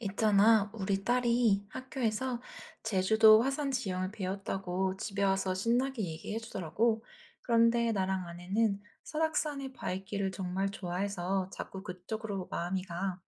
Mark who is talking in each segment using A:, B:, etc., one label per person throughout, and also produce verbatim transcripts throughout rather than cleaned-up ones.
A: 있잖아, 우리 딸이 학교에서 제주도 화산 지형을 배웠다고 집에 와서 신나게 얘기해 주더라고. 그런데 나랑 아내는 설악산의 바위길을 정말 좋아해서 자꾸 그쪽으로 마음이 가.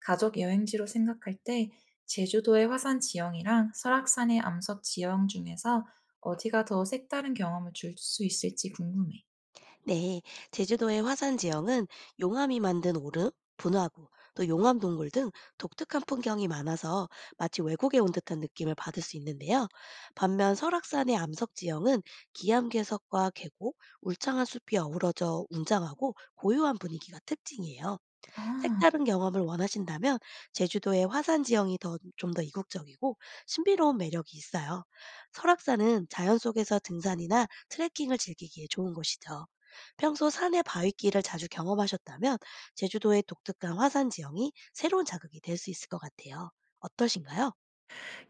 A: 가족 여행지로 생각할 때 제주도의 화산 지형이랑 설악산의 암석 지형 중에서 어디가 더 색다른 경험을 줄 수 있을지 궁금해.
B: 네, 제주도의 화산 지형은 용암이 만든 오름, 분화구, 또 용암 동굴 등 독특한 풍경이 많아서 마치 외국에 온 듯한 느낌을 받을 수 있는데요. 반면 설악산의 암석 지형은 기암괴석과 계곡, 울창한 숲이 어우러져 웅장하고 고요한 분위기가 특징이에요.
A: 아.
B: 색다른 경험을 원하신다면 제주도의 화산 지형이 더 좀 더 이국적이고 신비로운 매력이 있어요. 설악산은 자연 속에서 등산이나 트레킹을 즐기기에 좋은 곳이죠. 평소 산의 바위길을 자주 경험하셨다면 제주도의 독특한 화산 지형이 새로운 자극이 될 수 있을 것 같아요. 어떠신가요?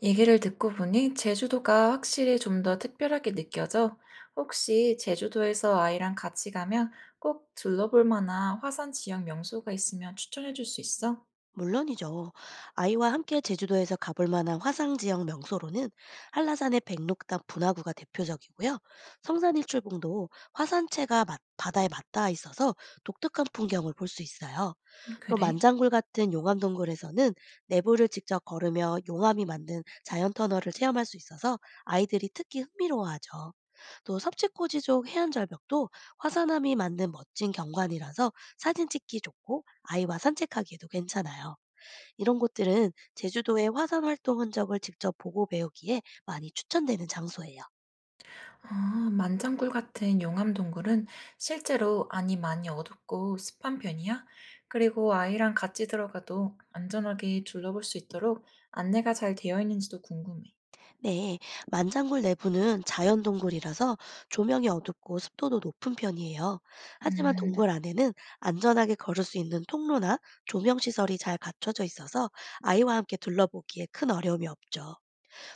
A: 얘기를 듣고 보니 제주도가 확실히 좀 더 특별하게 느껴져. 혹시 제주도에서 아이랑 같이 가면 꼭 둘러볼 만한 화산 지역 명소가 있으면 추천해 줄 수 있어?
B: 물론이죠. 아이와 함께 제주도에서 가볼 만한 화상 지역 명소로는 한라산의 백록담 분화구가 대표적이고요. 성산일출봉도 화산체가 맞- 바다에 맞닿아 있어서 독특한 풍경을 볼 수 있어요.
A: 음,
B: 또
A: 그래?
B: 만장굴 같은 용암동굴에서는 내부를 직접 걸으며 용암이 만든 자연 터널을 체험할 수 있어서 아이들이 특히 흥미로워하죠. 또 섭지코지족 해안절벽도 화산암이 만든 멋진 경관이라서 사진 찍기 좋고 아이와 산책하기에도 괜찮아요. 이런 곳들은 제주도의 화산 활동 흔적을 직접 보고 배우기에 많이 추천되는 장소예요.
A: 아, 만장굴 같은 용암 동굴은 실제로 안이 많이 어둡고 습한 편이야. 그리고 아이랑 같이 들어가도 안전하게 둘러볼 수 있도록 안내가 잘 되어 있는지도 궁금해.
B: 네, 만장굴 내부는 자연 동굴이라서 조명이 어둡고 습도도 높은 편이에요. 하지만
A: 음,
B: 동굴 안에는 안전하게 걸을 수 있는 통로나 조명 시설이 잘 갖춰져 있어서 아이와 함께 둘러보기에 큰 어려움이 없죠.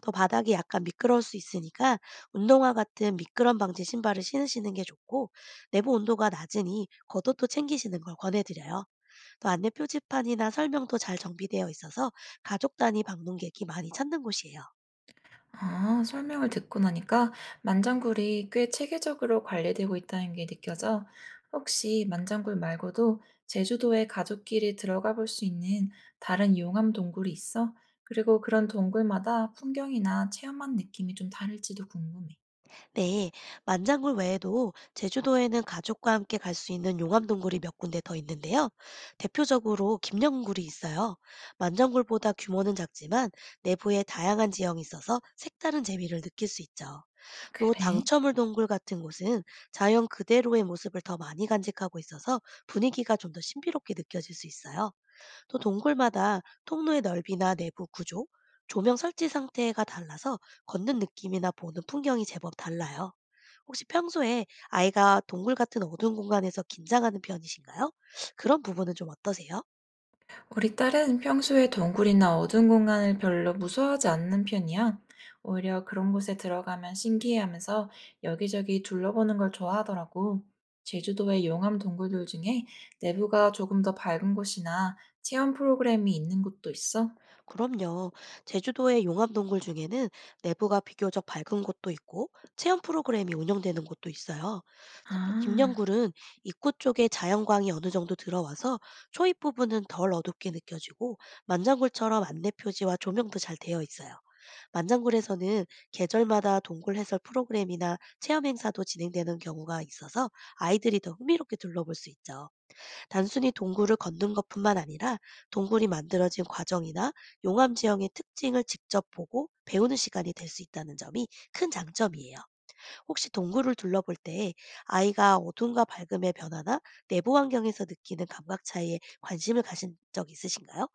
B: 또 바닥이 약간 미끄러울 수 있으니까 운동화 같은 미끄럼 방지 신발을 신으시는 게 좋고, 내부 온도가 낮으니 겉옷도 챙기시는 걸 권해드려요. 또 안내 표지판이나 설명도 잘 정비되어 있어서 가족 단위 방문객이 많이 찾는 곳이에요.
A: 아, 설명을 듣고 나니까 만장굴이 꽤 체계적으로 관리되고 있다는 게 느껴져. 혹시 만장굴 말고도 제주도에 가족끼리 들어가 볼 수 있는 다른 용암 동굴이 있어? 그리고 그런 동굴마다 풍경이나 체험한 느낌이 좀 다를지도 궁금해.
B: 네, 만장굴 외에도 제주도에는 가족과 함께 갈 수 있는 용암동굴이 몇 군데 더 있는데요. 대표적으로 김녕굴이 있어요. 만장굴보다 규모는 작지만 내부에 다양한 지형이 있어서 색다른 재미를 느낄 수 있죠.
A: 아,
B: 또 당
A: 그래?
B: 첨물 동굴 같은 곳은 자연 그대로의 모습을 더 많이 간직하고 있어서 분위기가 좀 더 신비롭게 느껴질 수 있어요. 또 동굴마다 통로의 넓이나 내부 구조, 조명 설치 상태가 달라서 걷는 느낌이나 보는 풍경이 제법 달라요. 혹시 평소에 아이가 동굴 같은 어두운 공간에서 긴장하는 편이신가요? 그런 부분은 좀 어떠세요?
A: 우리 딸은 평소에 동굴이나 어두운 공간을 별로 무서워하지 않는 편이야. 오히려 그런 곳에 들어가면 신기해하면서 여기저기 둘러보는 걸 좋아하더라고. 제주도의 용암 동굴들 중에 내부가 조금 더 밝은 곳이나 체험 프로그램이 있는 곳도 있어?
B: 그럼요. 제주도의 용암동굴 중에는 내부가 비교적 밝은 곳도 있고 체험 프로그램이 운영되는 곳도 있어요. 특히
A: 아,
B: 김녕굴은 입구 쪽에 자연광이 어느 정도 들어와서 초입 부분은 덜 어둡게 느껴지고, 만장굴처럼 안내 표지와 조명도 잘 되어 있어요. 만장굴에서는 계절마다 동굴 해설 프로그램이나 체험 행사도 진행되는 경우가 있어서 아이들이 더 흥미롭게 둘러볼 수 있죠. 단순히 동굴을 걷는 것뿐만 아니라 동굴이 만들어진 과정이나 용암 지형의 특징을 직접 보고 배우는 시간이 될 수 있다는 점이 큰 장점이에요. 혹시 동굴을 둘러볼 때 아이가 어둠과 밝음의 변화나 내부 환경에서 느끼는 감각 차이에 관심을 가신 적 있으신가요?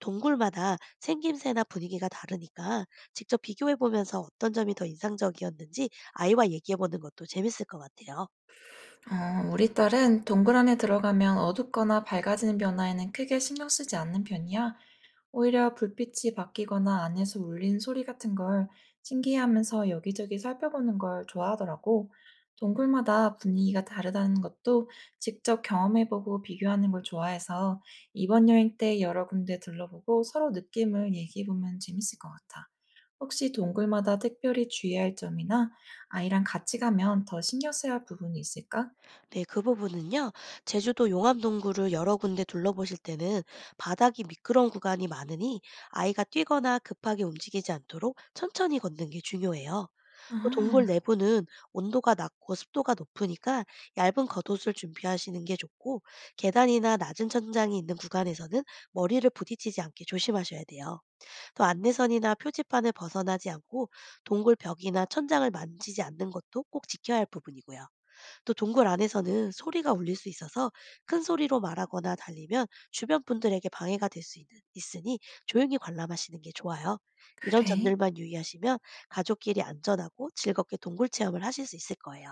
B: 동굴마다 생김새나 분위기가 다르니까 직접 비교해 보면서 어떤 점이 더 인상적이었는지 아이와 얘기해 보는 것도 재밌을 것 같아요.
A: 어, 우리 딸은 동굴 안에 들어가면 어둡거나 밝아지는 변화에는 크게 신경 쓰지 않는 편이야. 오히려 불빛이 바뀌거나 안에서 울린 소리 같은 걸 신기해하면서 여기저기 살펴보는 걸 좋아하더라고. 동굴마다 분위기가 다르다는 것도 직접 경험해보고 비교하는 걸 좋아해서 이번 여행 때 여러 군데 둘러보고 서로 느낌을 얘기해보면 재밌을 것 같아. 혹시 동굴마다 특별히 주의해야 할 점이나 아이랑 같이 가면 더 신경 써야 할 부분이 있을까?
B: 네, 그 부분은요. 제주도 용암동굴을 여러 군데 둘러보실 때는 바닥이 미끄러운 구간이 많으니 아이가 뛰거나 급하게 움직이지 않도록 천천히 걷는 게 중요해요. 또 동굴
A: 아,
B: 내부는 온도가 낮고 습도가 높으니까 얇은 겉옷을 준비하시는 게 좋고, 계단이나 낮은 천장이 있는 구간에서는 머리를 부딪히지 않게 조심하셔야 돼요. 또 안내선이나 표지판을 벗어나지 않고 동굴 벽이나 천장을 만지지 않는 것도 꼭 지켜야 할 부분이고요. 또 동굴 안에서는 소리가 울릴 수 있어서 큰 소리로 말하거나 달리면 주변 분들에게 방해가 될 수 있으니 조용히 관람하시는 게 좋아요. 이런
A: 그래.
B: 점들만 유의하시면 가족끼리 안전하고 즐겁게 동굴 체험을 하실 수 있을 거예요.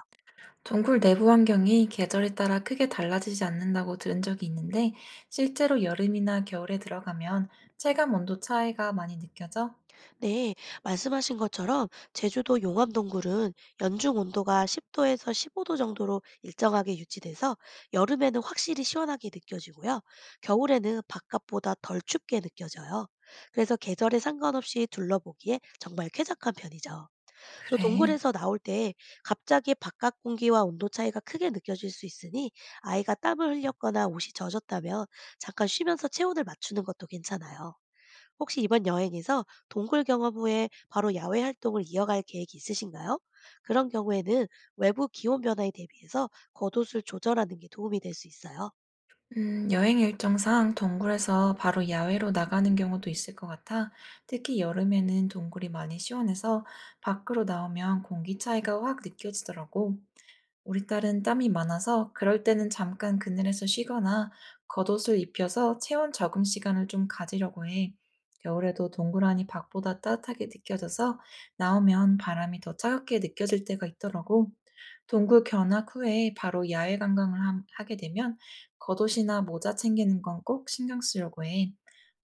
A: 동굴 내부 환경이 계절에 따라 크게 달라지지 않는다고 들은 적이 있는데, 실제로 여름이나 겨울에 들어가면 체감 온도 차이가 많이 느껴져?
B: 네, 말씀하신 것처럼 제주도 용암동굴은 연중 온도가 십 도에서 십오 도 정도로 일정하게 유지돼서 여름에는 확실히 시원하게 느껴지고요. 겨울에는 바깥보다 덜 춥게 느껴져요. 그래서 계절에 상관없이 둘러보기에 정말 쾌적한 편이죠. 또
A: 그래.
B: 동굴에서 나올 때 갑자기 바깥 공기와 온도 차이가 크게 느껴질 수 있으니 아이가 땀을 흘렸거나 옷이 젖었다면 잠깐 쉬면서 체온을 맞추는 것도 괜찮아요. 혹시 이번 여행에서 동굴 경험 후에 바로 야외 활동을 이어갈 계획이 있으신가요? 그런 경우에는 외부 기온 변화에 대비해서 겉옷을 조절하는 게 도움이 될 수 있어요.
A: 음, 여행 일정상 동굴에서 바로 야외로 나가는 경우도 있을 것 같아. 특히 여름에는 동굴이 많이 시원해서 밖으로 나오면 공기 차이가 확 느껴지더라고. 우리 딸은 땀이 많아서 그럴 때는 잠깐 그늘에서 쉬거나 겉옷을 입혀서 체온 적응 시간을 좀 가지려고 해. 겨울에도 동그라니 밖보다 따뜻하게 느껴져서 나오면 바람이 더 차갑게 느껴질 때가 있더라고. 동굴 견학 후에 바로 야외 관광을 함- 하게 되면 겉옷이나 모자 챙기는 건 꼭 신경 쓰려고 해.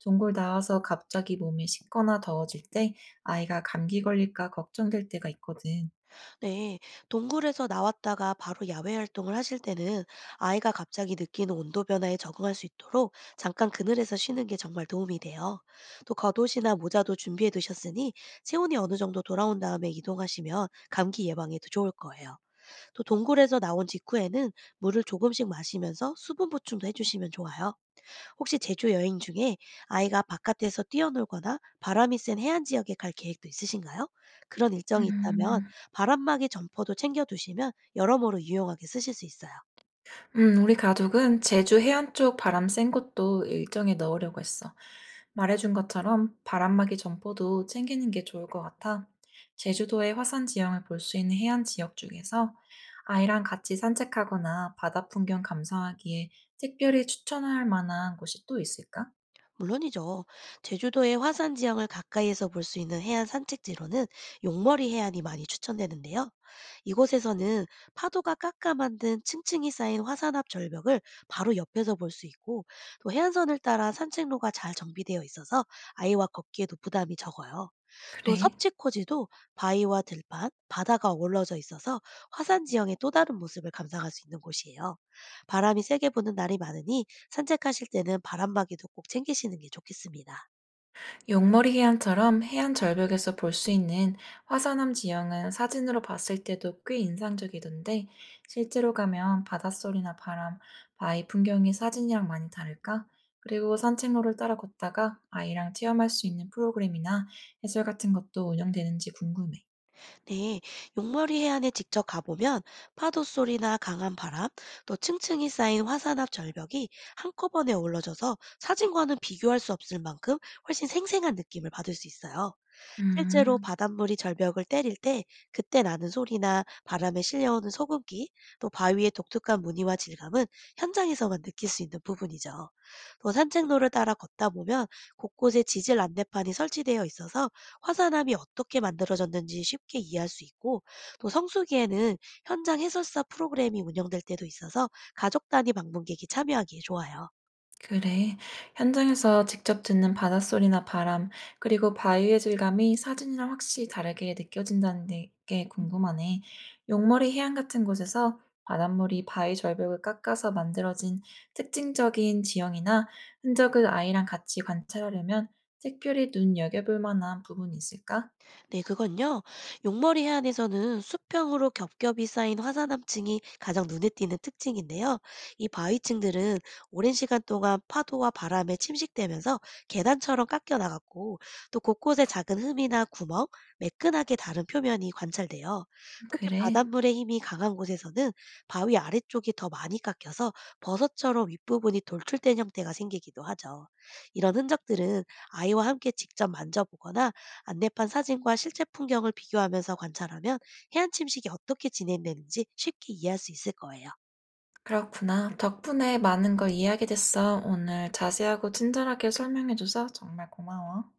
A: 동굴 나와서 갑자기 몸이 식거나 더워질 때 아이가 감기 걸릴까 걱정될 때가 있거든.
B: 네, 동굴에서 나왔다가 바로 야외 활동을 하실 때는 아이가 갑자기 느끼는 온도 변화에 적응할 수 있도록 잠깐 그늘에서 쉬는 게 정말 도움이 돼요. 또 겉옷이나 모자도 준비해 두셨으니 체온이 어느 정도 돌아온 다음에 이동하시면 감기 예방에도 좋을 거예요. 또 동굴에서 나온 직후에는 물을 조금씩 마시면서 수분 보충도 해주시면 좋아요. 혹시 제주 여행 중에 아이가 바깥에서 뛰어놀거나 바람이 센 해안 지역에 갈 계획도 있으신가요? 그런 일정이 있다면
A: 음.
B: 바람막이 점퍼도 챙겨두시면 여러모로 유용하게 쓰실 수 있어요.
A: 음, 우리 가족은 제주 해안 쪽 바람 센 곳도 일정에 넣으려고 했어. 말해준 것처럼 바람막이 점포도 챙기는 게 좋을 것 같아. 제주도의 화산 지형을 볼 수 있는 해안 지역 중에서 아이랑 같이 산책하거나 바다 풍경 감상하기에 특별히 추천할 만한 곳이 또 있을까?
B: 물론이죠. 제주도의 화산 지형을 가까이에서 볼 수 있는 해안 산책지로는 용머리 해안이 많이 추천되는데요. 이곳에서는 파도가 깎아 만든 층층이 쌓인 화산 앞 절벽을 바로 옆에서 볼 수 있고, 또 해안선을 따라 산책로가 잘 정비되어 있어서 아이와 걷기에도 부담이 적어요. 또
A: 그래.
B: 섭지코지도 바위와 들판, 바다가 어우러져 있어서 화산 지형의 또 다른 모습을 감상할 수 있는 곳이에요. 바람이 세게 부는 날이 많으니 산책하실 때는 바람막이도 꼭 챙기시는 게 좋겠습니다.
A: 용머리 해안처럼 해안 절벽에서 볼 수 있는 화산암 지형은 사진으로 봤을 때도 꽤 인상적이던데 실제로 가면 바닷소리나 바람, 바위 풍경이 사진이랑 많이 다를까? 그리고 산책로를 따라 걷다가 아이랑 체험할 수 있는 프로그램이나 해설 같은 것도 운영되는지 궁금해.
B: 네, 용머리 해안에 직접 가보면 파도 소리나 강한 바람, 또 층층이 쌓인 화산 앞 절벽이 한꺼번에 어우러져서 사진과는 비교할 수 없을 만큼 훨씬 생생한 느낌을 받을 수 있어요. 실제로
A: 음.
B: 바닷물이 절벽을 때릴 때 그때 나는 소리나 바람에 실려오는 소금기, 또 바위의 독특한 무늬와 질감은 현장에서만 느낄 수 있는 부분이죠. 또 산책로를 따라 걷다 보면 곳곳에 지질 안내판이 설치되어 있어서 화산암이 어떻게 만들어졌는지 쉽게 이해할 수 있고, 또 성수기에는 현장 해설사 프로그램이 운영될 때도 있어서 가족 단위 방문객이 참여하기에 좋아요.
A: 그래. 현장에서 직접 듣는 바닷소리나 바람, 그리고 바위의 질감이 사진이랑 확실히 다르게 느껴진다는 데- 게 궁금하네. 용머리 해안 같은 곳에서 바닷물이 바위 절벽을 깎아서 만들어진 특징적인 지형이나 흔적을 아이랑 같이 관찰하려면 특별히 눈여겨볼 만한 부분이 있을까?
B: 네, 그건요. 용머리 해안에서는 수평으로 겹겹이 쌓인 화산암층이 가장 눈에 띄는 특징인데요. 이 바위층들은 오랜 시간 동안 파도와 바람에 침식되면서 계단처럼 깎여 나갔고, 또 곳곳에 작은 흠이나 구멍, 매끈하게 다른 표면이 관찰돼요. 특히
A: 그래.
B: 바닷물의 힘이 강한 곳에서는 바위 아래쪽이 더 많이 깎여서 버섯처럼 윗부분이 돌출된 형태가 생기기도 하죠. 이런 흔적들은 아이와 함께 직접 만져보거나 안내판 사진과 실제 풍경을 비교하면서 관찰하면 해안 침식이 어떻게 진행되는지 쉽게 이해할 수 있을 거예요.
A: 그렇구나. 덕분에 많은 걸 이해하게 됐어. 오늘 자세하고 친절하게 설명해줘서 정말 고마워.